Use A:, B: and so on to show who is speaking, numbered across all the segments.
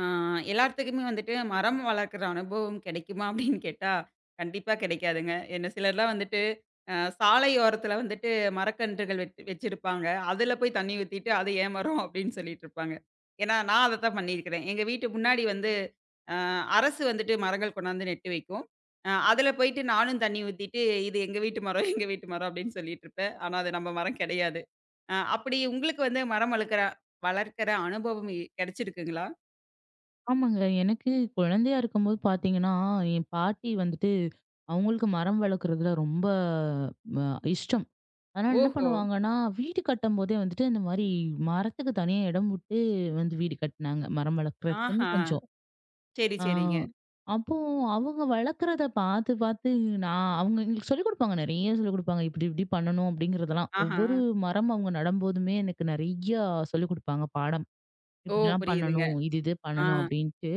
A: ஆ எல்லாத்துக்குமே வந்துட்டு மரம் வளர்க்குற அனுபவம் கிடைக்குமா அப்படின்னு கேட்டா, கண்டிப்பா கிடைக்காதுங்க. என்ன சிலர்லாம் வந்துட்டு அ சாலையோரத்துல வந்துட்டு மரக்கன்றுகள் வச்சிருப்பாங்க. அதுல போய் தண்ணி ஊத்திட்டு, "அது என் மரம்" அப்படின்னு சொல்லிட்டு இருப்பாங்க. ஏன்னா நான் அதத்தான் பண்ணியிருக்கிறேன். எங்க வீட்டு முன்னாடி வந்து அ அரசு வந்துட்டு மரங்கள் கொண்டாந்து நெட்டு வைக்கும். அதுல போயிட்டு நானும் தண்ணி ஊத்திட்டு, "இது எங்க வீட்டு மரம், எங்க வீட்டு மரம்" அப்படின்னு சொல்லிட்டு இருப்பேன். ஆனா அது நம்ம மரம் கிடையாது. அப்படி உங்களுக்கு வந்து மரம் வளர்க்கிற அனுபவம் கிடைச்சிருக்குங்களா?
B: ஆமாங்க. எனக்கு குழந்தையா இருக்கும்போது பார்த்தீங்கன்னா, என் பாட்டி வந்துட்டு அவங்களுக்கு மரம் வளர்க்குறதுல ரொம்ப அ இஷ்டம். அதனால என்ன
A: ஓஹோ!
B: பண்ணுவாங்கன்னா, வீடு கட்டம்போதே வந்துட்டு இந்த மாரி மரத்துக்கு தனியா இடம் விட்டு வந்து வீடு கட்டுனாங்க. மரம் வளர்க்குறதுக்குன்னு
A: ஆஹா!
B: கொஞ்சம்.
A: சரி,
B: ஆ
A: சரிங்க.
B: அப்போ அவங்க வளர்க்குறத பார்த்து, பார்த்து நான் அவங்க எங்களுக்கு சொல்லிக் குடுப்பாங்க. நெறைய சொல்லிக் குடுப்பாங்க. இப்டி இப்டி பண்ணணும் அப்டிங்கிறதெல்லாம்.
A: ஆஹா.
B: ஒவ்வொரு மரம் அவங்க நடும்போதுமே எனக்கு நெறையா சொல்லிக் குடுப்பாங்க பாடம்.
A: ஓ!
B: இப்டிலாம்
A: புரியுதுங்க.
B: பண்ணணும். இது இது
A: ஆ.
B: பண்ணணும் அப்டின்ட்டு.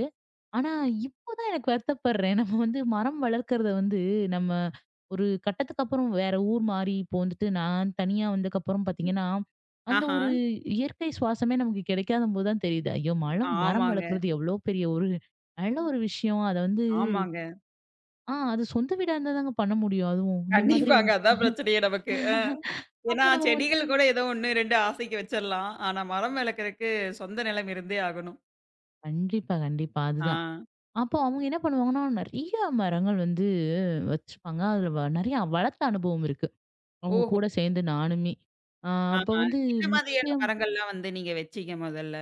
B: ஆனா, இப்போதான் எனக்கு வருத்தப்படுறேன். நம்ம வந்து மரம் வளர்க்கறத வந்து நம்ம ஒரு கட்டத்துக்கு அப்புறம் வேற ஊர் மாறி இப்போ வந்துட்டு நான் தனியா வந்ததுக்கப்புறம் பார்த்தீங்கன்னா, அந்த
A: ஆஹா.
B: ஒரு இயற்கை சுவாசமே நமக்கு கிடைக்காத போது தான் தெரியுது. ஐயோ! மலம் மரம்
A: ஆமாங்க,
B: வளர்க்குறது எவ்வளோ பெரிய ஒரு நல்ல ஒரு விஷயம். அத வந்து
A: ஆமாங்க.
B: அது சொந்த வீடா இருந்தா தாங்க பண்ண முடியும். அதுவும் இந்த மாதிரி
A: கண்டிப்பாங்க.
B: வந்து
A: அதான் பிரச்சனையே நமக்கு. ஏன்னா
B: அப்போ நம்ம வந்து
A: செடிகள் கூட ஏதோ 1, 2 ஆசைக்கு வச்சிரலாம். ஆனா மரம் வளர்க்கறக்கு சொந்த நிலம் இருந்தே ஆகணும்.
B: கண்டிப்பா, கண்டிப்பா.
A: ஆ.
B: அதுதான். அப்போ அவங்க என்ன பண்ணுவாங்கன்னா, நெறைய மரங்கள் வந்து வச்சிருப்பாங்க. அதுல நெறைய வளர்த்த அனுபவம் இருக்கு. அவங்க
A: ஓஹோ!
B: கூட சேர்ந்து நானுமே. ஆ அப்ப
A: ஆஹா.
B: வந்து
A: என்ன மாதிரியான
B: முக்கியம்
A: மரங்கள்லாம் வந்து நீங்க வச்சீங்க மொதல்ல?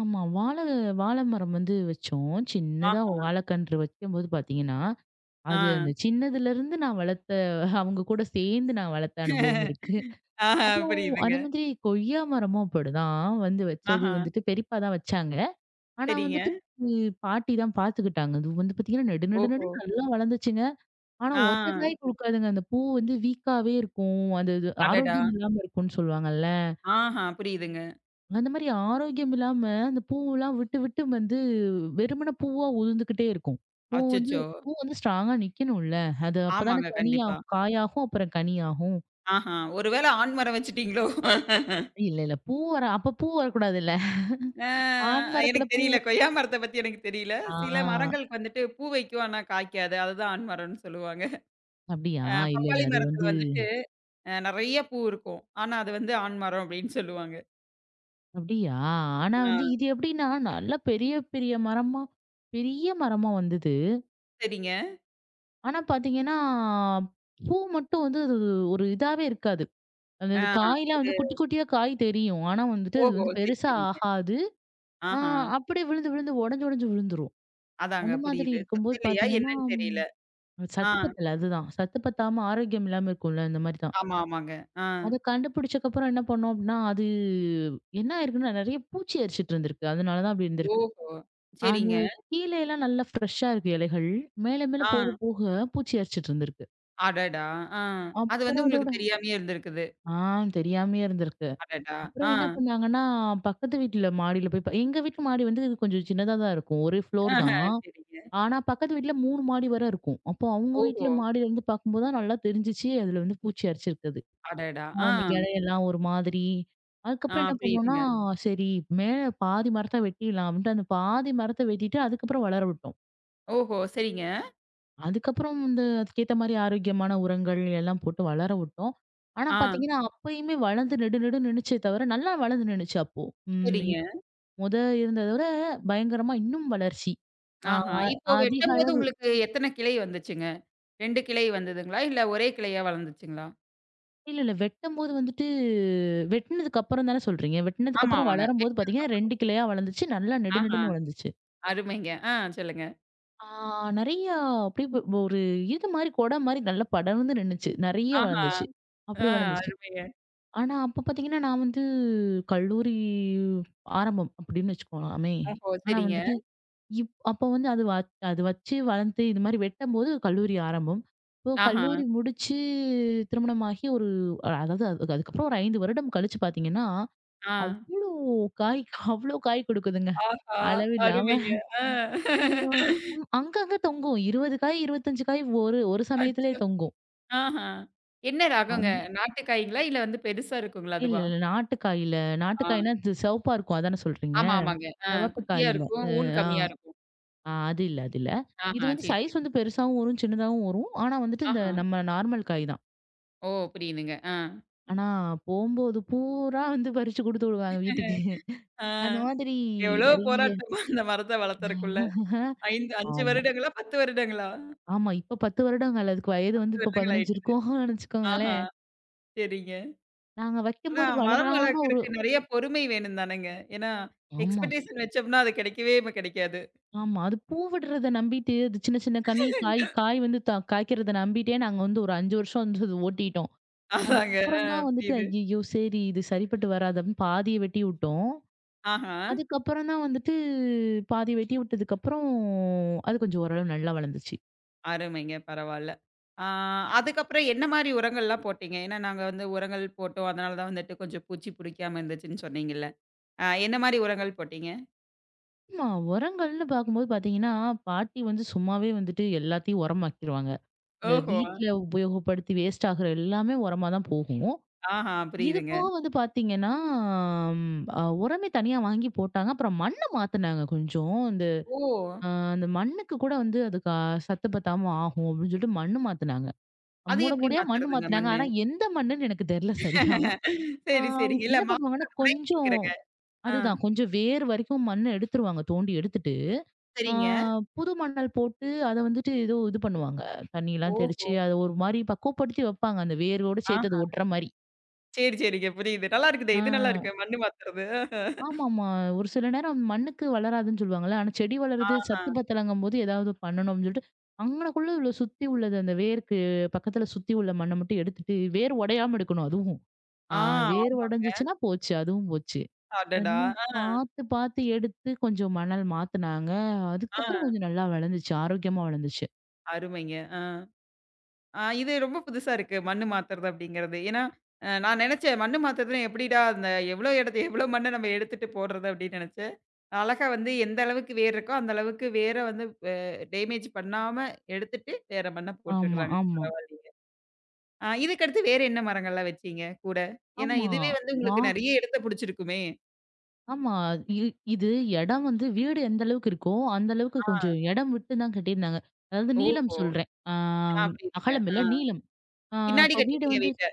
B: ஆமா. வாழை மரம் வந்து வச்சோம். சின்னதா
A: ஆஹா.
B: வாழைக்கன்று வைக்கும்போது பார்த்தீங்கன்னா,
A: ஆ.
B: அது அந்த சின்னதுலருந்து நான் வளர்த்த அவங்க கூட சேர்ந்து நான் வளர்த்த அனுபவம் இருக்கு.
A: ஆஹா.
B: அப்போ
A: புரியுதுங்க.
B: அது மாதிரி கொய்யா மரமும் அப்படிதான் வந்து வச்சது
A: ஆஹா.
B: வந்துட்டு பெரியப்பா தான் வச்சாங்க. ஆனா
A: சரிங்க.
B: வந்துட்டு உம் பாட்டி தான் பார்த்துக்கிட்டாங்க. அது வந்து பார்த்தீங்கன்னா, நெடு நெடு
A: ஓஹோ!
B: நெடுன்னு நல்லா வளர்ந்துச்சுங்க. ஆனா
A: ஆ.
B: ஒத்த காய் குடுக்காதுங்க. அந்த பூ வந்து வீக்காவே இருக்கும். அது இது
A: அடடா!
B: ஆரோக்கியம் இல்லாம இருக்கும்னு சொல்லுவாங்கல்ல.
A: ஆஹா. புரியுதுங்க.
B: அந்த மாரி ஆரோக்கியம் இல்லாம, அந்த பூவெல்லாம் விட்டு, விட்டு வந்து வெறுமன பூவா உதிர்ந்துகிட்டே இருக்கும். பூ வந்து
A: அச்சச்சோ!
B: பூ வந்து ஸ்ட்ராங்கா நிக்கணும்ல. அது அப்பதானே
A: ஆமாங்க. கண்டிப்பா.
B: கனியாகும். காயாகும், அப்புறம் கனியாகும்.
A: ஆஹா! ஒரு வேள ஆண் மரம் வச்சுட்டீங்களோ?
B: இல்ல, இல்ல. பூ வர அப்ப பூ வரக்கூடாதுல்ல.
A: அ
B: ஆண் மரத்துல
A: எனக்கு
B: பூ
A: தெரியல. கொய்யா மரத்த பத்தி எனக்கு தெரியல.
B: ஆ
A: சில மரங்களுக்கு வந்துட்டு பூ வைக்கும், ஆனா காய்க்காது. அதுதான் ஆண் மரம்ன்னு சொல்லுவாங்க.
B: அப்படியா? இல்ல, இல்ல.
A: பப்பாளி
B: அது
A: மரத்துல
B: வந்து
A: வந்துட்டு நெறைய பூ இருக்கும். ஆனா அது வந்து ஆண் மரம் அப்டின்னு சொல்லுவாங்க.
B: அப்படியா? ஆனா
A: ஆ.
B: வந்து இது எப்படின்னா, நல்லா பெரிய, பெரிய மரமா பெரிய மரமா வந்தது.
A: சரிங்க.
B: ஆனா பாத்தீங்கன்னா, பூ மட்டும் வந்து அது ஒரு இதாவே இருக்காது. அந்த
A: ஆ.
B: இது காய்லாம்
A: ஒரு
B: வந்து குட்டி குட்டியா காய் தெரியும். ஆனா வந்துட்டு அது
A: ஓஹோ!
B: வந்து
A: சரி,
B: பெருசா
A: சரிங்க.
B: ஆகாது. ஆ
A: ஆஹா!
B: அப்படியே விழுந்து விழுந்து உடைஞ்சு உடைஞ்சு விழுந்துரும்.
A: அதாங்க
B: அந்த மாதிரி
A: புரியுது.
B: இருக்கும்போது
A: சத்தல்லையா
B: பார்த்தீங்கன்னா,
A: என்னன்னு தெரியல.
B: ம்
A: ஆ.
B: சத்து பத்தல அதுதான். சத்து பத்தாம ஆரோக்கியம் இல்லாம இருக்கும்ல அந்த மாரி தான்.
A: ஆமா, ஆமாங்க. ஆ.
B: அத கண்டுபிடிச்சக்கப்புறம் என்ன பண்ணோம் அப்படின்னா, அது என்ன ஆயிருக்குன்னா நெறைய பூச்சி அரிச்சிட்டு இருந்திருக்கு. அதனால தான் அப்படி இருந்திருக்கு.
A: ஓஹோ!
B: அந்த
A: சரிங்க.
B: கீழேலாம் நல்லா ஃப்ரெஷ்ஷா இருக்கு இலைகள். மேல மேல
A: ஆ.
B: போக போக பூச்சி அரிச்சிட்டு இருந்திருக்கு.
A: அடடா! ஆ அது வந்து
B: அப்புறம்
A: உங்களுக்கு
B: அதோட
A: தெரியாமயே இருந்திருக்குது.
B: ஆ தெரியாமயே இருந்திருக்கு.
A: அடடா!
B: அப்புறம்
A: ஆ.
B: என்ன பண்ணாங்கன்னா, பக்கத்து வீட்ல மாடியில போய் எங்க வீட்டு மாடி வந்து இது கொஞ்சம் சின்னதா தான் இருக்கும். ஒரே ஃப்ளோர்
A: ஆஹ,
B: தான்.
A: சரிங்க.
B: ஆனா, பக்கத்து வீட்ல 3 மாடி வரை இருக்கும். அப்போ அவங்க
A: ஓஹோ!
B: வீட்ல மாடியில இருந்து பார்க்கும்போது தான் நல்லா தெரிஞ்சுச்சு. அதுல வந்து பூச்சி அரிச்சிருக்குது.
A: அடடா! ஆ,
B: அந்த இலையெல்லாம் ஒரு மாதிரி.
A: ஆ.
B: அதுக்கப்புறம் என்ன பண்ணோம்னா,
A: புரியுதுங்க.
B: சரி மேல பாதி மரத்த வெட்டிடலாம் அப்படின்ட்டு அந்த பாதி மரத்த வெட்டிட்டு அதுக்கப்புறம் வளர விட்டோம்.
A: ஓஹோ! சரிங்க.
B: அதுக்கப்புறம் இந்த அதுக்கேத்த மாதிரி ஆரோக்கியமான உரங்கள் எல்லாம் போட்டு வளர விட்டோம். ஆனா
A: ஆ,
B: பார்த்தீங்கன்னா, அப்பயுமே வளர்ந்து நெடு நெடு நின்னுச்சே தவிர நல்லா வளர்ந்து நின்னுச்சு அப்போ. ம்.
A: சரிங்க.
B: முத இருந்தத விட பயங்கரமா இன்னும் வளர்ச்சி. ஆ
A: ஆஹா.
B: அ
A: இப்போ
B: அதிக
A: வெட்டும்போது
B: அளவு
A: உங்களுக்கு எத்தன கிளை வந்துச்சுங்க? 2 கிளை வந்ததுங்களா? இல்ல ஒரே கிளையா வளர்ந்துச்சுங்களா?
B: இல்ல, இல்ல வெட்டம்போது வந்துட்டு வெட்டுனதுக்கு அப்புறம் தானே சொல்றீங்க? வெட்டுனதுக்கப்புறம்
A: ஆமாவாங்க.
B: வளரும்போது
A: வெட்டினதுக்கு
B: பார்த்தீங்கன்னா,
A: அப்புறம்.
B: 2 கிளையா வளர்ந்துச்சு. நல்லா நெடு
A: ஆஹா,
B: நெடுன்னு வளர்ந்துச்சு.
A: அருமைங்க. ஆ, சொல்லுங்க.
B: ஆ நெறைய அப்படியே ஒரு இது மாரி கொடை மாரி நல்லா படர்ந்து நின்னுச்சு. நெறைய
A: ஆஹா,
B: வளர்ந்துச்சு.
A: ஆ.
B: அப்படி வளர்ந்துச்சு.
A: அருமைங்க.
B: ஆனா, அப்ப பார்த்தீங்கன்னா, நான் வந்து கல்லூரி ஆரம்பம் அப்படின்னு வச்சுக்கோங்கலாமே.
A: ஓஹோ!
B: ஆனா
A: சரிங்க.
B: வந்துட்டு அப்போ வந்து அது வச்சு வளர்ந்து இது மாரி வெட்டம்போது கல்லூரி ஆரம்பம். இப்போ
A: ஆஹா,
B: கல்லூரி முடிச்சு திருமணமாகி ஒரு அதாவது அதுக்கு அதுக்கப்புறம் ஒரு 5 வருடம் கழிச்சு பார்த்தீங்கன்னா,
A: ஆ.
B: அவ்ளோ காய் அவ்ளோ காய் கொடுக்குதுங்க.
A: ஆஹா,
B: அளவில்லாம.
A: அருமைங்க. ஆ.
B: அ அங்கங்க தொங்கும். 20 காய், 25 காய் ஒரு ஒரு சமயத்திலே
A: அச்சோ!
B: தொங்கும்.
A: ஆஹா. என்ன ரகங்க?
B: அந்த
A: நாட்டு காய்ங்களா? இல்ல வந்து பெருசா இருக்குங்களா
B: இல்ல,
A: அதுவா?
B: இல்ல நாட்டு காயில நாட்டு காய்னா,
A: ஆ.
B: இது சிவப்பா இருக்கும் அதானே சொல்றீங்க?
A: ஆமா, ஆமாங்க. ஆ.
B: சிவப்பு
A: குட்டியா
B: காயில.
A: இருக்கும்.
B: அ
A: ஊன்
B: ஆ.
A: கம்மியா இருக்கும்.
B: ஆ அது இல்ல, அது இல்ல. இது
A: ஆஹா,
B: வந்து
A: சரி,
B: சைஸ்
A: சரி.
B: வந்து பெருசாவும் வரும், சின்னதாவும் வரும். ஆனா வந்துட்டு இந்த
A: ஆஹா.
B: நம்ம நார்மல் காய் தான்.
A: ஓ! புரியுதுங்க. ஆ.
B: ஆனா போம்போது பூரா வந்து பறிச்சு குடுத்து விடுவாங்க வீட்டுக்கு.
A: ஆ.
B: அந்த மாதிரி
A: எவ்வளோ
B: நெறைய
A: போராட்டமா அந்த மரத்த வளர்த்தறக்குள்ள. 5 5
B: ஆமா.
A: வருடங்களா? 10 வருடங்களா?
B: ஆமா. இப்ப 10 வருடங்கள். அதுக்கு வயது
A: 10
B: வந்து இப்ப
A: வருடங்கள்
B: 15
A: ஆயிட்டுது.
B: இருக்கும்னு
A: ஆஹா,
B: வச்சுக்கோங்களேன்.
A: சரிங்க.
B: நாங்க
A: ஆனா
B: வைக்கும்போது
A: மரம்
B: வளராம ஒரு
A: வளர்க்கறக்கு நெறைய பொறுமை வேணும் தானங்க. ஏன்னா
B: ஆமா,
A: எக்ஸ்பெக்டேஷன் வச்சோம்னா அது கிடைக்கவே இப்ப கிடைக்காது.
B: ஆமா. அது பூ விடுறத நம்பிட்டு, அது சின்ன சின்ன கனி காய் காய் வந்து காய்க்கிறத நம்பிட்டே நாங்க வந்து ஒரு 5 வருஷம் வந்து அது ஓட்டிட்டோம்.
A: அதாங்க. ஆ,
B: அதுக்கப்புறம் தான் வந்துட்டு,
A: புரியுது.
B: ஐய்யய்யோ! சரி இது சரிப்பட்டு வராது அப்படின்னு பாதிய வெட்டி விட்டோம்.
A: ஆஹா.
B: அதுக்கப்புறம் தான் வந்துட்டு பாதி வெட்டி விட்டதுக்கப்புறம், அது கொஞ்சம் ஓரளவு நல்லா வளர்ந்துச்சு.
A: அருமைங்க. பரவால்ல. ஆ. அதுக்கப்புறம் என்ன மாரி உரங்கள்லாம் போட்டீங்க? ஏன்னா நாங்க வந்து உரங்கள் போட்டோம். அதனால தான் வந்துட்டு கொஞ்சம் பூச்சி புடிக்காம இருந்துச்சுன்னு சொன்னீங்கல்ல. என்ன மாரி உரங்கள் போட்டீங்க?
B: ஆமா, உரங்கள்னு பார்க்கும்போது பார்த்தீங்கன்னா, பாட்டி வந்து சும்மாவே வந்துட்டு எல்லாத்தையும் உரமாக்கிருவாங்க. இந்த
A: ஓஹோ!
B: வீட்ல உபயோகப்படுத்தி வேஸ்ட் ஆகுற எல்லாமே உரமா தான் போகும்.
A: ஆஹா,
B: இது
A: புரியுதுங்க.
B: போக வந்து பார்த்தீங்கன்னா, ம் அ உரமே தனியா வாங்கி போட்டாங்க. அப்புறம் மண்ண மாத்துனாங்க கொஞ்சம். இந்த
A: ஓ!
B: அ அந்த மண்ணுக்கு கூட வந்து அது க சத்து பத்தாம ஆகும் அப்படின்னு சொல்லிட்டு மண்ணு மாத்துனாங்க.
A: அது
B: மூட
A: எப்படி
B: மூடையா மண்ணு
A: மாத்துறதுங்க
B: மாத்துனாங்க.
A: மண்ணு?
B: ஆனா எந்த மண்ணுன்னு எனக்கு தெரியல சரியா. ஆ
A: சரி, சரிங்க. இல்ல
B: என்ன
A: மாத்துற
B: பண்ணுவாங்கன்னா,
A: முறை
B: கொஞ்சம்
A: கேட்கிறேங்க. ஆ.
B: அதுதான் கொஞ்சம் வேர் வரைக்கும் மண்ண எடுத்துருவாங்க. தோண்டி எடுத்துட்டு, ஆ
A: சரிங்க.
B: புது மணல் போட்டு அத வந்துட்டு ஏதோ இது பண்ணுவாங்க. தண்ணிலாம்
A: ஓஹோ!
B: தெளிச்சு அத ஒரு மாரி பக்குவப்படுத்தி வைப்பாங்க. அந்த வேரோட சேர்த்து
A: ஆஹா.
B: அது ஒட்டுற மாரி.
A: சரி, சரிங்க. புரியுது. நல்லா இருக்குதே!
B: ஆ
A: இது நல்லா இருக்கு. மண்ணு மாத்துறது.
B: ஆமாமா. ஒரு சில நேரம் மண்ணுக்கு வளராதுன்னு சொல்லுவாங்கல்ல. ஆனா செடி வளருது
A: ஆஹா.
B: சத்து பத்தலங்கும்போது ஏதாவது பண்ணணும்னு சொல்லிட்டு, அங்கனக்குள்ள உள்ள சுத்தி உள்ளது அந்த வேருக்கு பக்கத்துல சுத்தி உள்ள மண்ண மட்டும் எடுத்துட்டு, வேர் உடையாம எடுக்கணும் அதுவும். ஆ
A: ஆ, ஆமாங்க.
B: வேர்வடைஞ்சுச்சுன்னா போச்சு. அதுவும் போச்சு.
A: அடடா!
B: இன்னும்
A: ஆ,
B: பார்த்து, பார்த்து எடுத்து கொஞ்சம் மணல் மாத்துனாங்க. அதுக்கப்புறம்
A: ஆ.
B: கொஞ்சம் நல்லா வளர்ந்துச்சு. ஆரோக்கியமா வளர்ந்துச்சு.
A: அருமைங்க. ஆ. ஆ, இது ரொம்ப புதுசா இருக்கு. மண்ணு மாத்துறது அப்படிங்கிறது. ஏன்னா, நான் நெனச்சேன் மண்ணு மாத்துறதுன்னா எப்படிடா அந்த எவ்வளோ இடத்த எவ்வளோ மண்ண நம்ம எடுத்துட்டு போடுறது அப்படின்னு நெனச்சேன். அழகா வந்து எந்த அளவுக்கு வேர் இருக்கோ, அந்த அளவுக்கு வேர வந்து அ டேமேஜ் பண்ணாம எடுத்துட்டு வேற மண்ண
B: ஆமா,
A: போட்டுருக்காங்க.
B: ஆமா.
A: பரவாயில்லைங்க. ஆ, இதுக்கடுத்து வேற என்ன மரங்கள்லாம் வச்சீங்க கூட? ஏன்னா
B: ஆமா.
A: இதுவே வந்து
B: வா
A: உங்களுக்கு நெறைய இடத்த புடிச்சிருக்குமே.
B: ஆமா. இ இது இடம் வந்து வீடு எந்த அளவுக்கு இருக்கோ, அந்த அளவுக்கு
A: ஆ.
B: கொஞ்சம் இடம் விட்டு தான் கட்டியிருந்தாங்க. அதாவது நீளம்
A: ஓஹோ!
B: சொல்றேன்.
A: ஆ, புரியுதுங்க.
B: அகலம் இல்ல,
A: ஆ.
B: நீளம். ஆ
A: பின்னாடி
B: அப்ப வீடு
A: கட்டிட்டீங்க
B: வந்து
A: வீட்ட.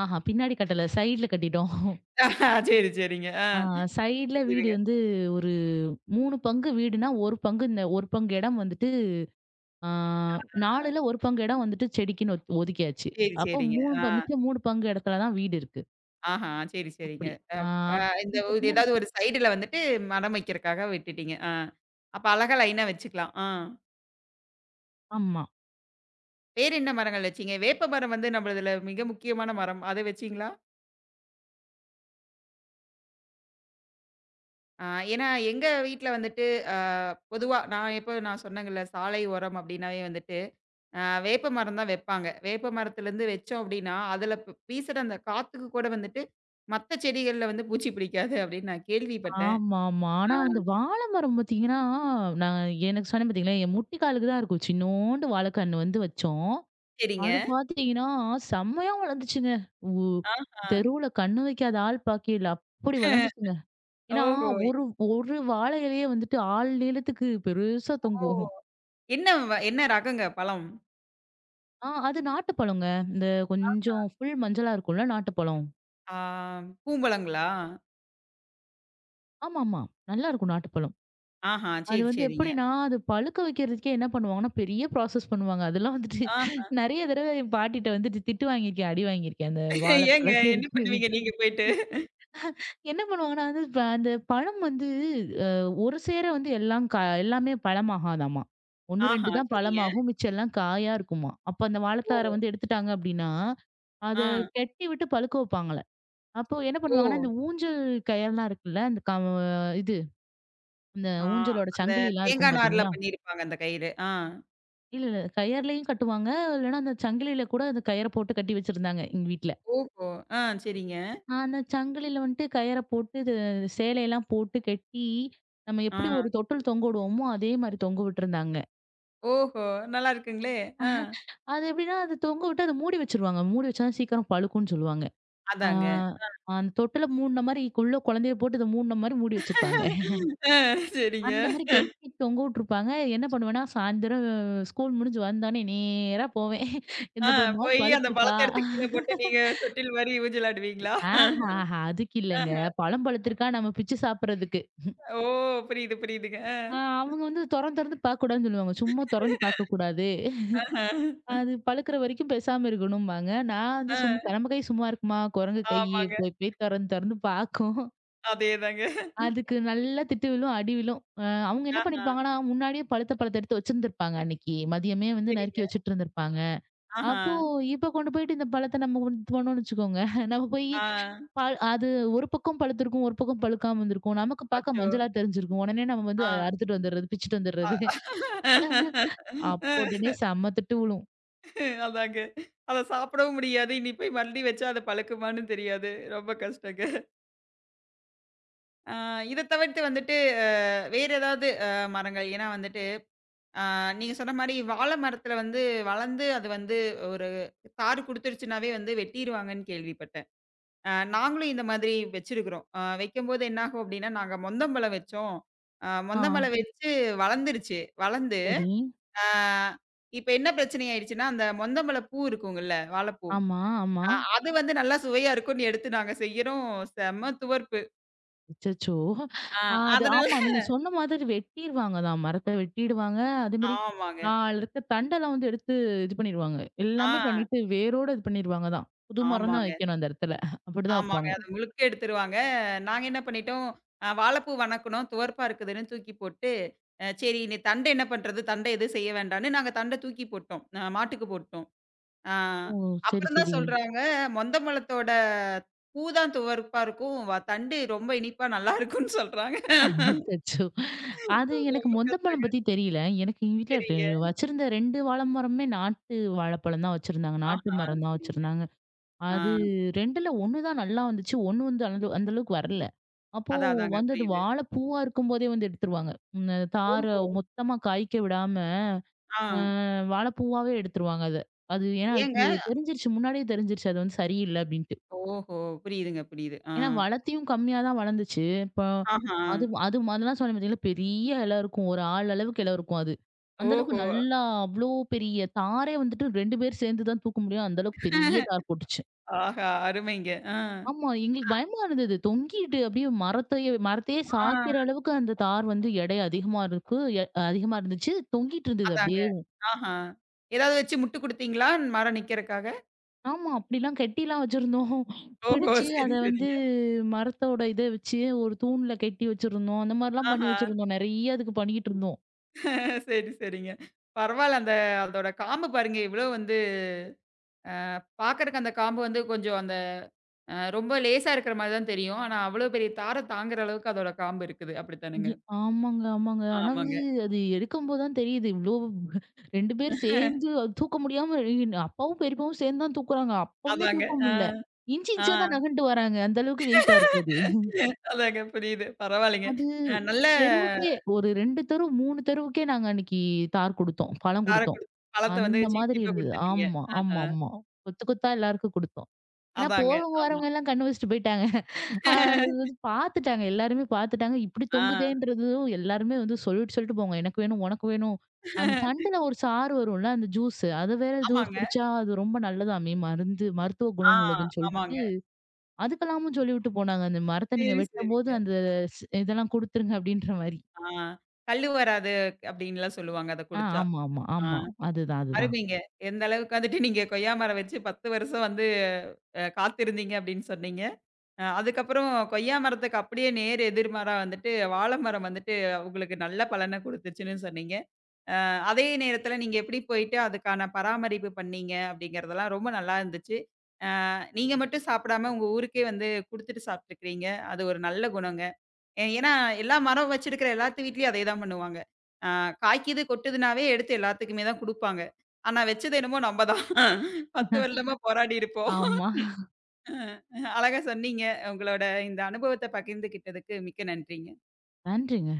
B: ஆஹா பின்னாடி கட்டல. சைடுல கட்டிட்டோம்.
A: சரி, சரிங்க. ஆ.
B: ஆ சைடுல வீடு
A: புரியுதுங்க.
B: வந்து ஒரு 3 பங்கு வீடுனா, 1 பங்கு இடம் வந்துட்டு ஆ 4ல ஒரு பங்கு இடம் வந்துட்டு செடிக்குன்னு ஒத் ஒதுக்கியாச்சு.
A: சரி,
B: அப்போ
A: சரிங்க.
B: 3
A: ஆ.
B: ப மிச்சம் 3 பங்கு இடத்துல தான் வீடு இருக்கு.
A: ஆஹா! சரி, சரிங்க.
B: அப்படி. ஆ
A: அப் அ இந்த
B: அப்பன்னு
A: ஒரு
B: பார்த்தீங்கன்னா
A: ஏதாவது ஒரு சைடுல வந்துட்டு மரம் வைக்கிறக்காக விட்டுட்டீங்க. ஆ. அப்ப அழகா லைனா வச்சுக்கலாம். ஆ.
B: ஆமா.
A: வேற என்ன மரங்கள் வச்சீங்க? வேப்ப மரம் வந்து நம்மளதுல மிக முக்கியமான மரம். அத வச்சீங்களா? ஆ. ஏன்னா எங்க வீட்ல வந்துட்டு அ பொதுவா நான் எப்போ நான் சொன்னேங்கல்ல, சாலை ஓரம் அப்டின்னாவே வந்துட்டு, வேப்ப மரம் தான் வைப்பாங்க. வேப்ப மரத்துலருந்து வச்சோம் அப்டின்னா, அதுல வீசுற அந்த காத்துக்கு கூட வந்துட்டு மத்த செடிகள்ல வந்து பூச்சி பிடிக்காது அப்டின்னு நான் கேள்விப்பட்டேன்.
B: ஆமாமா.
A: ஆ,
B: ஆனா அந்த வாழை மரம் பார்த்தீங்கன்னா, நான் எனக்கு சொன்னேன் பார்த்தீங்களா, என் முட்டிக்காலுக்கு தான் இருக்கும். சின்னோண்டு வாழைக்கன்னு வந்து வச்சோம்.
A: சரிங்க.
B: அது பார்த்தீங்கன்னா, செம்மையா வளர்ந்துச்சுங்க. உ
A: ஆஹா.
B: தெருவுல கண்ணு வைக்காத ஆள் பாக்கையில அப்படி வளர்ந்துச்சுங்க. ஏன்னா,
A: ஓஹோ!
B: ஒரு ஒரு வாழை இலையே வந்துட்டு ஆள் நீளத்துக்கு பெருசா
A: ஓ!
B: தொங்கும்.
A: என்ன ரகங்க பழம்?
B: அது நாட்டுப்பழங்க. இந்த கொஞ்சம் ஃபுல் மஞ்சளா இருக்கும்ல நாட்டுப்பழம்.
A: ஆ. பூம்பழங்களா?
B: ஆமாமா. நல்லா இருக்கும் நாட்டுப்பழம்.
A: ஆஹா,
B: அது
A: சரி,
B: வந்து
A: சரிங்க.
B: எப்படின்னா, அது பழுக்க வைக்கிறதுக்கே என்ன பண்ணுவாங்கன்னா, பெரிய ப்ராசஸ் பண்ணுவாங்க. அதெல்லாம் வந்துட்டு
A: ஆ,
B: நெறைய தடவ என் பாட்டிட்ட வந்துட்டு திட்டு வாங்கியிருக்கேன், அடி வாங்கியிருக்கேன். அந்த
A: ஏங்க
B: வாழைப்பழத்த
A: என்ன பண்ணுவீங்க நீங்க போயிட்டு?
B: என்ன பண்ணுவாங்கன்னா, அது ப அந்த பழம் வந்து அ ஒரு சேர வந்து எல்லாம் க எல்லாமே பழமாகாதாமா. 1,
A: ஆஹா,
B: 2 தான்
A: சரிங்க.
B: பழமாகும். மிச்சம் எல்லாம் காயா இருக்குமா. அப்ப அந்த
A: ஓ!
B: வாழைத்தார வந்து எடுத்துட்டாங்க அப்படின்னா, அத
A: ஆ.
B: கெட்டி விட்டு பழுக்க வைப்பாங்களாம். அப்போ என்ன
A: ஓ!
B: பண்ணுவாங்கன்னா, இந்த ஊஞ்சல் கயர்லாம் இருக்குல்ல, அந்த க இது இந்த
A: ஆ,
B: ஊஞ்சலோட
A: அந்த
B: சங்கிலிலாம்
A: தேங்கா
B: இருக்கும்
A: நார்ல
B: பார்த்தீங்களா?
A: பண்ணியிருப்பாங்க அந்த கயிறு. ஆ.
B: இல்ல, இல்ல. கயர்லயும் கட்டுவாங்க. இல்லன்னா அந்த சங்கிலியில கூட அந்த கயர போட்டு கட்டி வச்சிருந்தாங்க, எங்க வீட்ல.
A: ஓஹோ! ஆ, சரிங்க.
B: அந்த சங்கிலியில வந்துட்டு கயர போட்டு இது சேலையெல்லாம் போட்டு கட்டி, நம்ம எப்படி
A: ஆ.
B: ஒரு தொட்டில் தொங்க விடுவோமோ, அதே மாரி தொங்க விட்டுருந்தாங்க.
A: ஓஹோ! நல்லா இருக்குங்களே! ஆ.
B: அது எப்படின்னா, அது தொங்க விட்டு அத மூடி வச்சுருவாங்க. மூடி வச்சா தான் சீக்கிரம் பழுக்கும்னு சொல்லுவாங்க. ஆ
A: அதாங்க.
B: அந்த தொட்டில மூடின மாரி உள்ள குழந்தைய போட்டு இத மூடின மாரி மூடி வச்சிருப்பாங்க.
A: ஆ, சரிங்க.
B: அந்த மாரி கெட்டி தொங்க விட்டுருப்பாங்க. என்ன பண்ணுவேன்னா, சாயந்தரம் ஸ்கூல் முடிஞ்சு வந்தோனே நேரா போவேன்.
A: ஆ,
B: எந்த பழமாவது
A: போயி அந்த
B: பழுத்திருக்கா?
A: பழத்த எடுத்து கீழ போட்டு நீங்க தொட்டில் மாரி ஊஞ்சல் ஆடுவீங்களா?
B: ஆஹஹா! அதுக்கு இல்லங்க. பழம் பழுத்திருக்கா நம்ம பிச்சு சாப்பிடுறதுக்கு.
A: ஓ! புரியுது, புரியுதுங்க. ஆ.
B: அ அவங்க வந்து தொறந்து தொறந்து பார்க்கக்கூடாதுன்னு சொல்லுவாங்க. சும்மா தொறந்து பார்க்கக்கூடாது.
A: ஆஹ.
B: அது பழுக்கிற வரைக்கும் பேசாம இருக்கணும்பாங்க. நான் வந்து
A: ஆ.
B: நம்ம கை சும்மா இருக்குமா? குரங்கு கை
A: ஆமாங்க.
B: போய் போய் தொறந்து தொறந்து பார்க்கும்.
A: அதேதாங்க.
B: அதுக்கு நல்லா திட்டு விழும், அடி விழும். அவங்க என்ன
A: ஆஹா,
B: பண்ணியிருப்பாங்கன்னா, முன்னாடியே பழுத்த பழத்த எடுத்து வச்சிருந்திருப்பாங்க அன்னைக்கு. மதியமே வந்து நறுக்கி
A: சரிங்க.
B: வச்சுட்டு இருந்திருப்பாங்க.
A: ஆஹா,
B: அப்போ இப்ப கொண்டு போயிட்டு இந்த பழத்த நம்ம கொண்டு போனோம்னு வச்சுக்கோங்க. நம்ம போயி
A: ஆ,
B: பால் அது ஒரு பக்கம் பழுத்திருக்கும், ஒரு பக்கம் பழுக்காம இருந்திருக்கும். நமக்கு பார்க்க
A: அச்சோ!
B: மஞ்சளா தெரிஞ்சிருக்கும். உடனே நம்ம வந்து
A: ஆ,
B: அறுத்துட்டு வந்துடுறது, பிச்சுட்டு வந்துடுறது.
A: அ
B: அப்போ உடனே செம்ம திட்டு விழும்.
A: அதாங்க. அத சாப்பிடவும் முடியாது. இனி போய் மறுபடி வச்சா அது பழுக்குமான்னு தெரியாது. ரொம்ப கஷ்டங்க. ஆ, இத தவிர்த்து வந்துட்டு அ வேற ஏதாவது மரங்கள் ஏன்னா வந்துட்டு, ஆ, நீங்க சொன்ன மாரி வாழ மரத்தில வந்து வளர்ந்து அது வந்து ஒரு தார் குடுத்துருச்சுனாவே வந்து வெட்டிருவாங்கன்னு கேள்விப்பட்டேன். நாங்களும் இந்த மாதிரி வச்சிருக்கிறோம். வைக்கும்போது என்ன ஆகும் அப்டின்னா, நாங்க மொந்தம்பழம் வச்சோம்.
B: ஆ
A: மொந்தம்பழம் வச்சு வளர்ந்துருச்சு. வளர்ந்து
B: சரி.
A: அ இப்ப என்ன பிரச்சனை ஆயிடுச்சுன்னா, அந்த மொந்தம்பழ பூ இருக்குங்கல்ல, வாழைப்பூ.
B: ஆமா, ஆமா.
A: அ அது வந்து நல்லா சுவையா இருக்கும்னு எடுத்து நாங்க செய்யறோம். செம்ம துவர்ப்பு.
B: அச்சச்சோ!
A: அ
B: அது
A: அதனால
B: ஆமா நீங்க சொன்ன மாதிரி வெட்டிருவாங்கதான். மரத்த வெட்டிடுவாங்க. அதேமாரி
A: ஆமாங்க.
B: அதுல இருக்க தண்டெல்லாம் வந்து எடுத்து இது பண்ணிருவாங்க.
A: ஆ,
B: எல்லாமே பண்ணிட்டு வேரோட இது பண்ணிருவாங்க தான். புது மரம் தான்
A: ஆமாங்க.
B: வைக்கணும் அந்த இடத்துல. அப்படிதான்
A: ஆமாங்க.
B: வைப்பாங்க.
A: அத முழுக்க எடுத்துருவாங்க. நாங்க என்ன பண்ணிட்டோம், வாழைப்பூ வணக்குனோம். துவர்ப்பா இருக்குதுன்னு தூக்கி போட்டு, சரி இனி தண்ட என்ன பண்றது? தண்ட எதுவும் செய்ய வேண்டான்னு நாங்க தண்ட தூக்கி போட்டோம். மாட்டுக்கு போட்டோம். ஆ,
B: ஓ! சரி,
A: அப்புறம் தான்
B: சரி.
A: சொல்றாங்க, "மொந்த மலத்தோட பூ தான் துவர்ப்பா இருக்கும். தண்டு ரொம்ப இனிப்பா நல்லாருக்கும்ன்னு" சொல்றாங்க.
B: அச்சச்சோ! அது எனக்கு
A: ரொம்ப
B: மொந்தப்பழம்
A: கஷ்டங்க.
B: பத்தி தெரியல. எனக்கு எங்க வீட்ல
A: சரிங்க.
B: வச்சிருந்த 2 வாழை மரமுமே நாட்டு வாழைப்பழம் தான் வச்சிருந்தாங்க. நாட்டு
A: ஆஹா,
B: மரம் தான்
A: சரிங்க.
B: வச்சிருந்தாங்க.
A: ஆ,
B: அது 2ல 1 தான் நல்லா வந்துச்சு. 1 வந்து அந்த அளவுக்கு வரல. அப்போ
A: அதான் அதாங்க
B: வந்து அது
A: புரியுது.
B: வாழைப்பூவா இருக்கும்போதே வந்து எடுத்துருவாங்க. அந்த தார
A: ஓஹோ!
B: மொத்தமா காய்க்க விடாம,
A: ஆ,
B: அ வாழைப்பூவாவே எடுத்துருவாங்க அத. அது ஏன்னா
A: ஏங்க?
B: அது தெரிஞ்சிருச்சு. முன்னாடியே தெரிஞ்சிருச்சு. அது வந்து சரியில்ல அப்படின்னு.
A: ஓஹோ! புரியுதுங்க, புரியுது. ஆ.
B: ஏன்னா வளர்த்தியும் கம்மியா தான் வளர்ந்துச்சு. இப்போ
A: ஆஹா.
B: அது அது அதெல்லாம் சொன்னேன் பார்த்தீங்களா, பெரிய இலை இருக்கும். ஒரு ஆள் அளவுக்கு இலை இருக்கும் அது. அந்த அளவுக்கு
A: ஓஹோ!
B: நல்லா அவ்ளோ பெரிய தாரே வந்துட்டு 2 பேர் சேர்ந்து தான் தூக்க முடியும். அந்த அளவுக்கு பெரிய தார் போட்டுச்சு.
A: ஆஹா! அருமைங்க. ஆ.
B: ஆமா, எங்களுக்கு பயமா இருந்தது. தொங்கிட்டு அப்படியே மரத்தையே மரத்தையே
A: ஆ,
B: சாய்க்கிற அளவுக்கு அந்த தார் வந்து எடை அதிகமா இருக்கு. எ அதிகமா இருந்துச்சு. தொங்கிட்டு இருந்தது
A: அதாங்க.
B: அப்படியே.
A: ஆஹா. ஏதாவது வச்சு முட்டு குடுத்தீங்களா? மரம் நிக்கிறக்காக?
B: ஆமா. அப்படிலாம் கெட்டிலாம் வச்சிருந்தோம்.
A: ஓஹோ!
B: பிடிச்சு
A: சரி,
B: அத வந்து
A: சரிங்க.
B: மரத்தோட இத வச்சு ஒரு தூண்ல கட்டி வச்சிருந்தோம். அந்த மாரிலாம் பண்ணி
A: ஆஹா.
B: வச்சிருந்தோம். நெறைய அதுக்கு பண்ணிக்கிட்டு இருந்தோம்.
A: சரி, சரிங்க. பரவால்ல. அந்த அதோட காம்பு பாருங்க, எவ்ளோ வந்து பாக்கறக்கு அந்த காம்பு வந்து கொஞ்சம் அந்த ரொம்ப லேசா இருக்கிற மாரி தான் தெரியும். ஆனா, அவ்வளோ பெரிய தார தாங்குற அளவுக்கு அதோட காம்பு இருக்குது. அப்படித்தானங்க?
B: இ ஆமாங்க, ஆமாங்க. ஆனா
A: ஆமாங்க.
B: வந்து அது எடுக்கும்போது தான் தெரியுது. இவ்ளோ 2 பேர் சேர்ந்து அது தூக்க முடியாம அப்பாவும், பெரியப்பாவும் சேர்ந்து தான் தூக்குறாங்க. அப்பவுமே
A: அதாங்க.
B: தூக்க
A: ஆ,
B: முடியல. இன்ச்
A: ஆ.
B: இன்ச்சா தான் நகர்ந்துட்டு வராங்க. அந்த அளவுக்கு வெயிட்டா இருக்கு அது.
A: அதாங்க புரியுது. பரவால்லைங்க.
B: அது
A: நல்ல
B: தெருவுக்கே ஒரு 2 தெரு 3 தெருவுக்கே நாங்க அன்னைக்கு தார் குடுத்தோம். பழம்
A: தார
B: குடுத்தோம்.
A: குடுத்து பழத்த வந்து
B: அந்த
A: சீப்
B: மாதிரி
A: சீப்பா
B: இருந்தது.
A: குடுத்துட்டீங்க.
B: ஆமா,
A: ஆஹா.
B: ஆமா, ஆமா. கொத்து கொத்தா எல்லாருக்கும் குடுத்தோம். ஏன்னா
A: அதாங்க.
B: போறவங்க வரவங்க எல்லாம் கண்ணு வச்சுட்டு போயிட்டாங்க. அது
A: ஆமா.
B: வந்து பாத்துட்டாங்க. எல்லாருமே பாத்துட்டாங்க. இப்படி
A: ஆ.
B: தொங்குதேன்றதும் எல்லாருமே வந்து சொல்லிட்டு சொல்லிட்டு போங்க. எனக்கு வேணும், உனக்கு வேணும். அந்த சண்டுல ஒரு சாறு வரும்ல அந்த ஜூஸ். அத வேற ஏதோ
A: ஆமாங்க.
B: குடிச்சா அது ரொம்ப நல்லதாமே மருந்து மருத்துவ
A: ஆ,
B: குணம் உள்ளதுன்னு சொல்லிட்டு
A: ஆமாங்க.
B: அதுக்கெல்லாமும் சொல்லிவிட்டு போனாங்க. அந்த மரத்த நீங்க
A: சரி,
B: வெட்டும்போது
A: சரிங்க.
B: அந்த இதெல்லாம் குடுத்துருங்க அப்டின்ற மாரி.
A: ஆ. கல்லு வராது அப்டின்லாம் சொல்லுவாங்க அத குடிச்சா.
B: ஆமா, ஆமா,
A: ஆ.
B: ஆமா. அதுதான், அதுதான்.
A: அருமைங்க. எந்த அளவுக்கு வந்துட்டு நீங்க கொய்யா மரம் வச்சு 10 வருஷம் வந்து காத்திருந்தீங்க அப்டின்னு சொன்னீங்க. அதுக்கப்புறம் கொய்யா மரத்துக்கு அப்படியே நேர் எதிர்மாறா வந்துட்டு வாழ மரம் வந்துட்டு உங்களுக்கு நல்ல பலன குடுத்துச்சுன்னு சொன்னீங்க. அதே நேரத்துல நீங்க எப்படி போயிட்டு அதுக்கான பராமரிப்பு பண்ணீங்க அப்படிங்கிறதெல்லாம் ரொம்ப நல்லா இருந்துச்சு. நீங்க மட்டும் சாப்பிடாம உங்க ஊருக்கே வந்து குடுத்துட்டு சாப்ட்டுருக்கிறீங்க. அது ஒரு நல்ல குணங்க. ஏன்னா, எல்லா மரம் வச்சிருக்கிற எல்லாத்து வீட்லயும் அதேதான் பண்ணுவாங்க. ஆ, காய்க்கிது, கொட்டுதுன்னாவே எடுத்து எல்லாத்துக்குமே தான் குடுப்பாங்க. ஆனா வச்சது என்னமோ நம்ப தான். 10 வருடமா போராடி இருப்போம்.
B: ஆமா.
A: அ அழகா சொன்னீங்க. உங்களோட இந்த அனுபவத்த பகிர்ந்துகிட்டதுக்கு மிக்க நன்றிங்க.
B: நன்றிங்க.